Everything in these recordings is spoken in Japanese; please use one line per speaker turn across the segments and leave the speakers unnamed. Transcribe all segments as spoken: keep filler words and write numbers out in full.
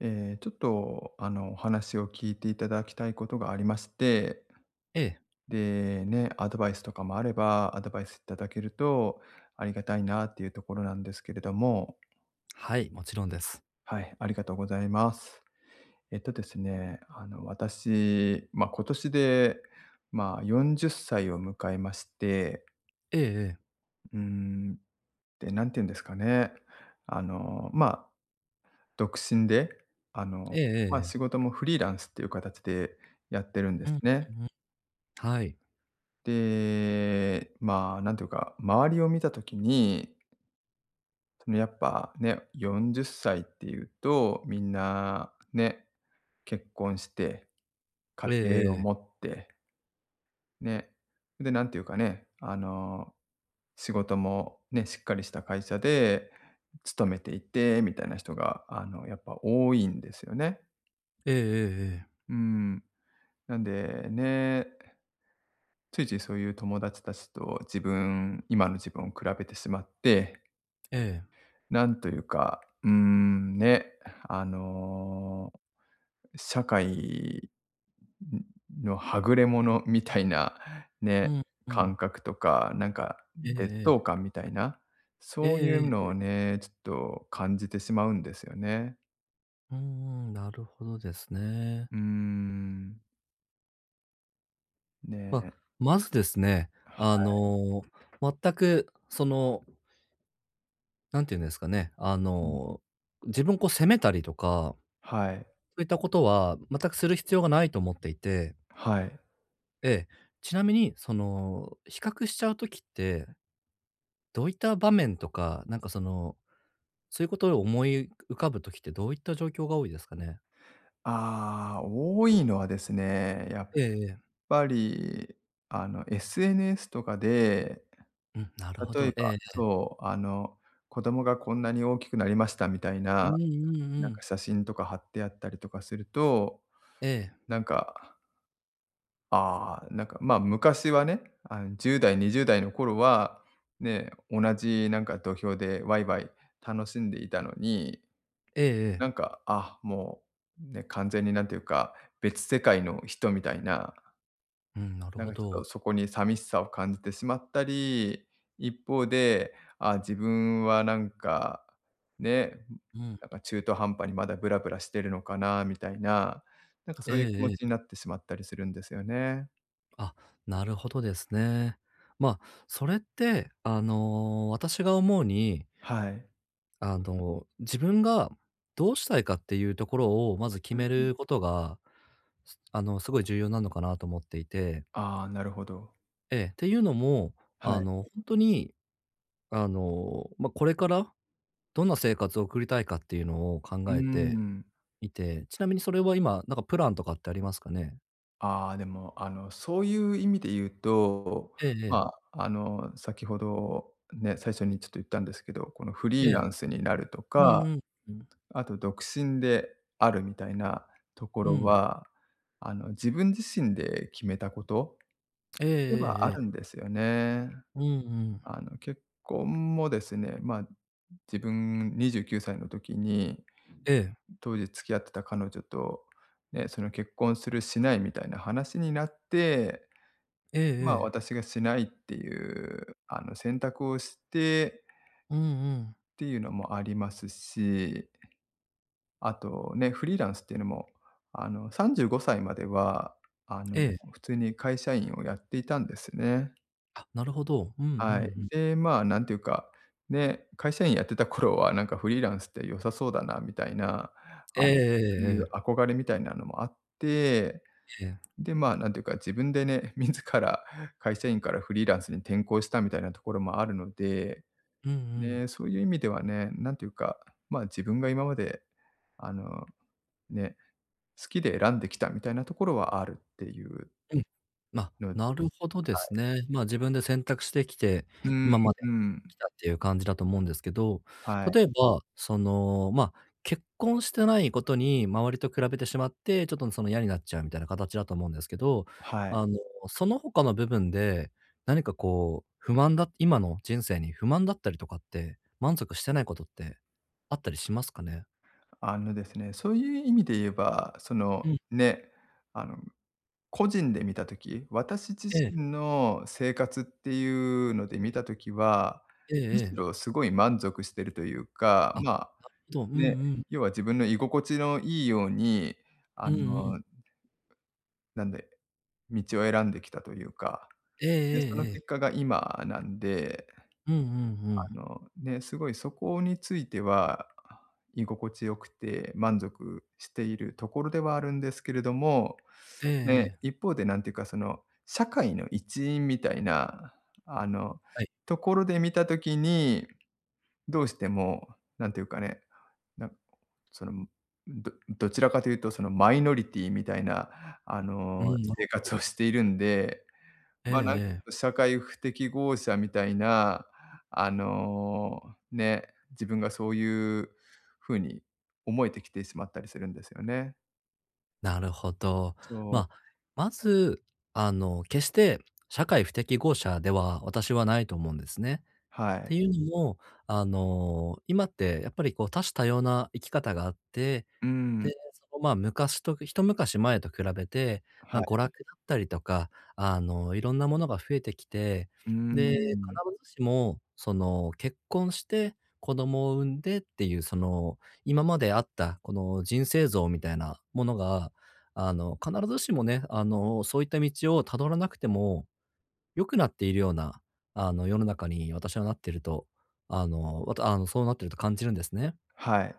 えーちょっと、あの、お話を聞いていただきたいことがありまして、
ええ、
で、ね、アドバイスとかもあれば、アドバイスいただけるとありがたいなっていうところなんですけれども。
はい、もちろんです。
はい、ありがとうございます。えっとですね、あの、私、まあ、今年で、まあ、よんじゅっさいを迎えまして、
ええ
うーん。で、なんていうんですかね、あの、まあ、独身で、あの、
ええ、ええ
まあ、
え
仕
え。
事もフリーランスっていう形でやってるんで
う
す
ん、
ね。
うんうん。はい。
で、まあ、なんていうか、周りを見た時に、そのやっぱね、よんじゅっさいっさいっていうと、みんなね、結婚して、家
ええ
庭
え
を
え、
持って、ね、で、なんていうかね、あの、仕事もね、しっかりした会社で勤めていて、みたいな人が、あの、やっぱ多いんですよね。
ええええええ、
うん。なんでね、ついついそういう友達たちと自分、今の自分を比べてしまって、
ええ。
なんというか、うーん、ね、あの、社会のはぐれ者みたいな、
う
ね、
んうん。
感覚とか、なんか
ええ
劣
え
等
え。
感みたいな、
え
そう
え
いう
え
のを
え。
ね、ちょっと感じてしまうんですよね。
うんうん、なるほどですね。
うーん、
まあ、
ね、
まずですね、あ
は
の、全くその、なんていうんですかね、あ
うん、
の、自分をこう責めたりとか、
はい、
そういったことは全くする必要がないと思っていて、
はい。
ええ、ちなみにその、比較しちゃうときってどういった場面とか、なんかその、そういうことを思い浮かぶときってどういった状況が多いですかね？
ああ、多いのはですね、やっ
ええええ。
ぱり、あの、エスエヌエス とかで
うん、なるほ
例
ど。
え
え
ば、
え。
そう、あの、子供がこんなに大きくなりましたみたい
う
な、
んうんう
なんか
ん。
写真とか貼ってあったりとかすると、
ええ。
なんか、ああ、なんか、ま、昔はね、あの、じゅうだい代、にじゅうだい代の頃は、ね、同じなんか土俵でワイワイ楽しんでいたのに、
えええ
な
え。
んか、あ、もう、ね、完全になんていうか、別世界の人みたいな。
うん、なる
なん
ほ
かちょっ
ど。
とそこに寂しさを感じてしまったり、一方で、あ、自分はなんか、ね、
うん。
なんか中途半端にまだブラブラしてるのかなみたいな、なんか
え
そういう気
え
持
え
ちにな
え。
ってしまったりするんですよね。
あ、なるほどですね。まあ、それって、あの、私が思うに、
はい。
あの、自分がどうしたいかっていうところをまず決
うん
め
うん。
ることが、すあの、すごい重要なのかなと思っていて。
ああ、なるほど。
ええ、っていうのも、
は
あ
い。
の、ほんとにあの、まあ、これからどんな生活を送りたいかっていうのを考
うー
えて
ん。
いて、ちなみにそれは今、なんかプランとかってありますかね？
ああ、でも、あの、そういう意味で言うと、
えええ
ま
え。
あ、あの、先ほどね、最初にちょっと言ったんですけど、このフリ
え
ーラ
え。
ンスになると
うんう
か、
んうん。
あと独身であるみたいなとこ
う
ろ
ん。
は、あの、自分自身で決めたこと
ええ
で
え
は
え
あ
え
るん
え。
ですよね。
うんうん。
あの、結婚もですね、まあ、自分にじゅうきゅうさいの時に、
ええ。
当時付き合ってた彼女と、ね、その結婚するしないみたいな話になって、
ええ
まあ、
ええ。
私がしないっていう、あの、選択をして
うんうん。
っていうのもありますし、あとね、フリーランスっていうのも、あの、さんじゅうごさいまでは、あの、
ええ。
普通に会社員をやっていたんですね。
あ、なるほど。うんうんう
はい。
ん。
で、まあ、なんていうか、ね、会社員やってた頃は、なんかフリーランスって良さそうだなみたいな、
え
あ、そういう
えええ
憧れみたいなのもあって、
ええ。ええ。
で、まあ、なんていうか、自分でね、自ら会社員からフリーランスに転向したみたいなところもあるので、
うんうん。
ね、そういう意味ではね、なんていうか、まあ、自分が今まで、あの、ね、好きで選んできたみたいなところはあるっていう
うん。ま、
ので、
なるほどで
は
す
い。
ね。まあ、自分で選択してきて、
うん、
今まで
うん、
来たっていう感じだと思うんですけど、
はい、
例えば、その、ま、結婚してないことに周りと比べてしまって、ちょっとその嫌になっちゃうみたいな形だと思うんですけど、
はい。
あの、その他の部分で、何かこう、不満だ今の人生に不満だったりとかって、満足してないことってあったりしますかね？
あのですね、そういう意味で言えば、そ
う
の、
ん。
ね、あの、個人で見たとき私自
ええ。
身の生活っていうので見たときは、
ええ
むし
ええ。
ろすごい満足してるというか、
あ、
まあ、
なるほど。うん
ね、
うん。
要は自分の居心地のいいように、
う
あ
んうん。
の、なんで、道を選んできたというか、
えええ
で、その
え
結
え
果が今なんで、
うんうんうん。
あの、ね、すごいそこについては、居心地よくて満足しているところではあるんですけれども、
ええ
ね、
ええ。
一方でなんていうか、その、社会の一員みたいな、あの、
はい。
ところで見たときに、どうしても、なんていうかね、なんその、どどちらかというとそのマイノリティみたいな、あ
う
の、
ん、なる
生
ほ
活をしているんで、
ええ
ま、なんか
ええ。
社会不適合者みたいな、あの、ね、自分がそういう風に思えてきてしまったりするんですよね。
なるほど。
そう、
まあ、まず、あの、決して社会不適合者では私はないと思うんですね。
は
って
い。
いうのも、あの、今ってやっぱりこう多種多様な生き方があって
う
で、
ん、
その、まあ、昔と一昔前と比べて、ま
は
あ、
い。
娯楽だったりとか、あの、いろんなものが増えてきて、
うー
で、必
ん、
ずしも、その、結婚して子供を産んでっていう、その、今まであったこの人生像みたいなものが、あの、必ずしもね、あの、そういった道を辿らなくても良くなっているような、あの、世の中に私はなっていると、あの、わたあの、そうなってると感じるんですね。
はい。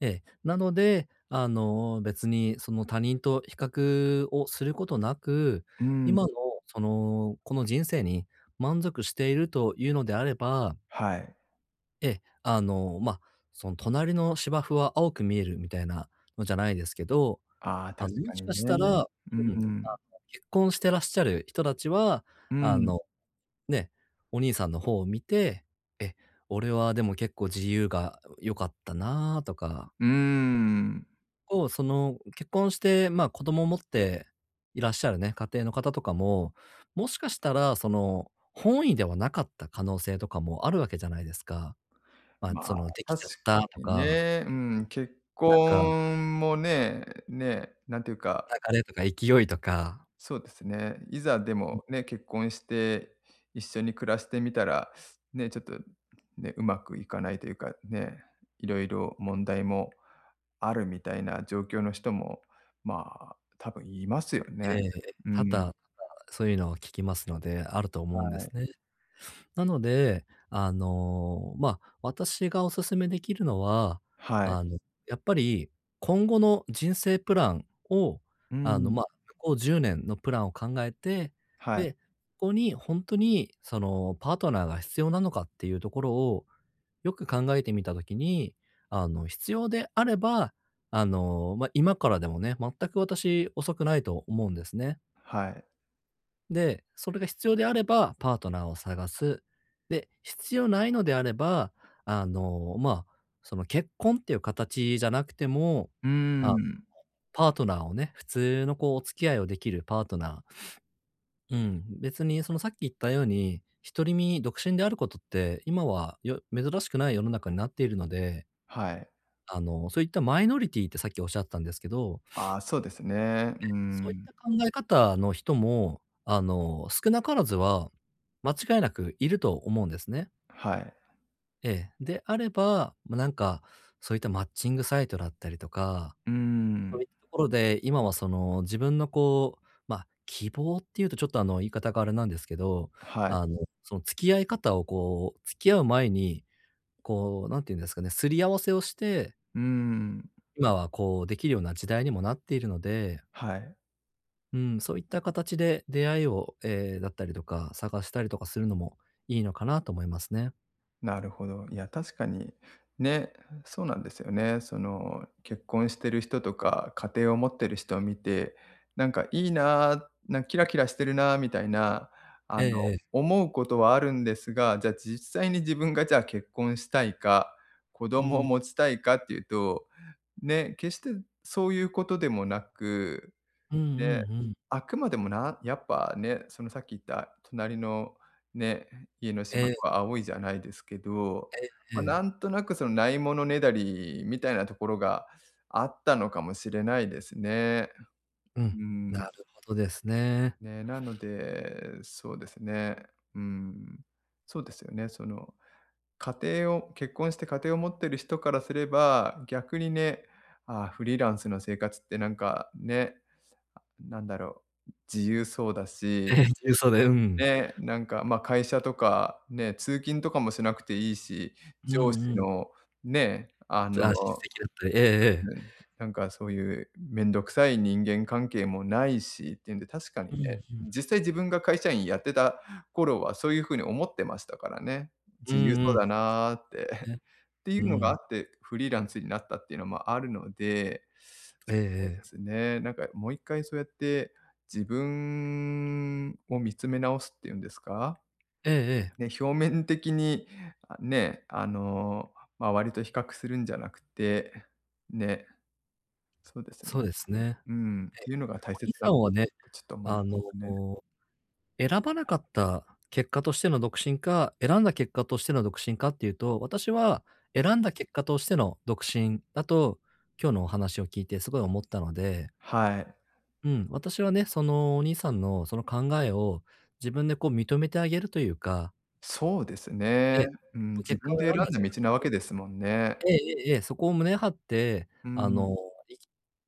ええ。なので、あの、別にその他人と比較をすることなく、
うん、
今のその、この人生に満足しているというのであれば、
はい。
ええ、あの、ま、その隣の芝生は青く見えるみたいなのじゃないですけど、
ああ、
あ
確
の、も
か
し
に
かした
ね。
ら、
う
うん、
ん、
結婚してらっしゃる人たちは、
う
あ
ん、
の、ね、お兄さんの方を見て、え、俺はでも結構自由が良かったなとか
うーん。
構、その、結婚して、まあ、子供を持っていらっしゃるね、家庭の方とかも、もしかしたら、その、本意ではなかった可能性とかもあるわけじゃないですか。まあ、
ま
そ
あ、
の、でき
確
ちゃ
か
ったと
に
か、
ね、うん、結
なんか、
婚もね、ね、なんていうか。
流れとか勢いとか、
そうですね。いざで
うん、
もね、結婚して一緒に暮らしてみたら、ね、ちょっとね、うまくいかないというかね、いろいろ問題もあるみたいな状況の人も、まあ、多分いますよね。
ええ、
う
多
ん。
々そういうのを聞きますので、あると
は
思うんです
い。
ね。なので、あの、まあ、私がお勧めできるのは、
はい。
あの、やっぱり今後の人生プランを、
う
あの、
ん。
まあ向こうじゅうねんのプランを考えて、
はい。
で、ここに本当にそのパートナーが必要なのかっていうところをよく考えてみたときに、あの、必要であれば、あの、まあ、今からでもね、全く私遅くないと思うんですね。
はい。
で、それが必要であれば、パートナーを探す。で、必要ないのであれば、あの、まあ、その結婚っていう形じゃなくても、
うー
あ、
ん。
パートナーをね、普通のこうお付き合いをできるパートナー。うん、別にそのさっき言ったように、独り身、独身であることって、今はよ珍しくない世の中になっているので、
はい。
あの、そういったマイノリティってさっきおっしゃったんですけど、
ああ、そうですね。うー
そういっ
ん。
た考え方の人も、あの、少なからずは、間違いなくいると思うんですね。
はい。
ええ。であれば、ま、なんか、そういったマッチングサイトだったりとか、
うー
そう
ん。
いったところで、今はその、自分のこう、ま、希望っていうとちょっとあの、言い方があれなんですけど、
はい。
あの、その付き合い方をこう、付き合う前に、こう、何て言うんですかね、すり合わせをして、
うーん。
今はこう、できるような時代にもなっているので
はい。
うん、そういった形で出会いを、えーだったりとか、探したりとかするのもいいのかなと思いますね。
なるほど。いや、確かに、ね、そうなんですよね。その、結婚してる人とか、家庭を持ってる人を見て、なんかいいな、な、キラキラしてるなみたいな、あ
えええ
の、
え。
思うことはあるんですが、じゃあ実際に自分がじゃあ結婚したいか、子
う
供を
ん。
持ちたいかっていうと、ね、決してそういうことでもなく、
うんうん
で、
うん。
あくまでもなやっぱね、そのさっき言った隣のね、家の芝
え
生
え
は青いじゃないですけど、
え
まあ、な
え。
んとなくそのないものねだりみたいなところがあったのかもしれないですね。
う
う
ん。な
ん。
るほどですね。
ね、なので、そうですね。うん。そうですよね。その、家庭を結婚して家庭を持ってる人からすれば、逆にね、ああ、フリーランスの生活ってなんかね、なんだろう、自由そうだし、
ええ、重曹で、うん。
ね、なんか、まあ、会社とかね、通勤とかもしなくていいし、
うん
上司
うん。
のね、あ
あ、叱
の
責だったり、えええ
うん、
え。
なんかそういうめんどくさい人間関係もないしっていうんで、確か
うん
に
う
ね、
ん。
実際自分が会社員やってた頃はそういう風に思ってましたからね。
うん
自由
う
そ
ん。
うだなって。
ね。
ってい
う
うのが
ん。
あって、フリーランスになったっていうのもあるので、
ええ
そう
え
で
え。
すね、なんかもう一回そうやって自分を見つめ直すっていうんですか、
ええええ。
ね、表面的に、あ、ね、あの、周りと比較するんじゃなくて、ね、そうですね。
そうですね。
うん、っ
ええ、
ていうのが大
お兄
切な
さ
のか
んは
な
ね、
ってちょっと思いま
あの
したね。
選ばなかった結果としての独身か、選んだ結果としての独身かっていうと、私は選んだ結果としての独身だと、今日のお話を聞いてすごい思ったので、
はい。
うん、私はね、そのお兄さんのその考えを自分でこう認めてあげるというか、
そうですね。
で
うん、自
結果
分
を選
で選
んだ
ん
自
だ
分
道なわけですもんね。
ええええええ、そこを胸張って、
う
あ
ん。
の、生き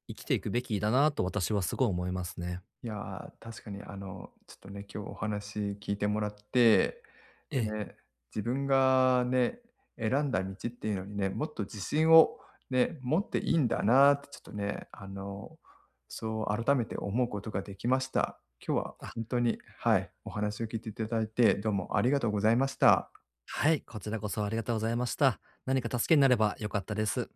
生きていくべきだなと私はすごい思いますね。
いやー、確かにあの、ちょっとね、今日お話聞いてもらって
ええ。
ね、自分がね、選んだ道っていうのにね、もっと自信をね、持って
うん。
いいんだなってちょっとね、あの、そう改めて思うことができました。今日は
あ、
本当に、はい、お話を聞いていただいて、どうもありがとうございました。
はい、こちらこそありがとうございました。何か助けになれば良かったです。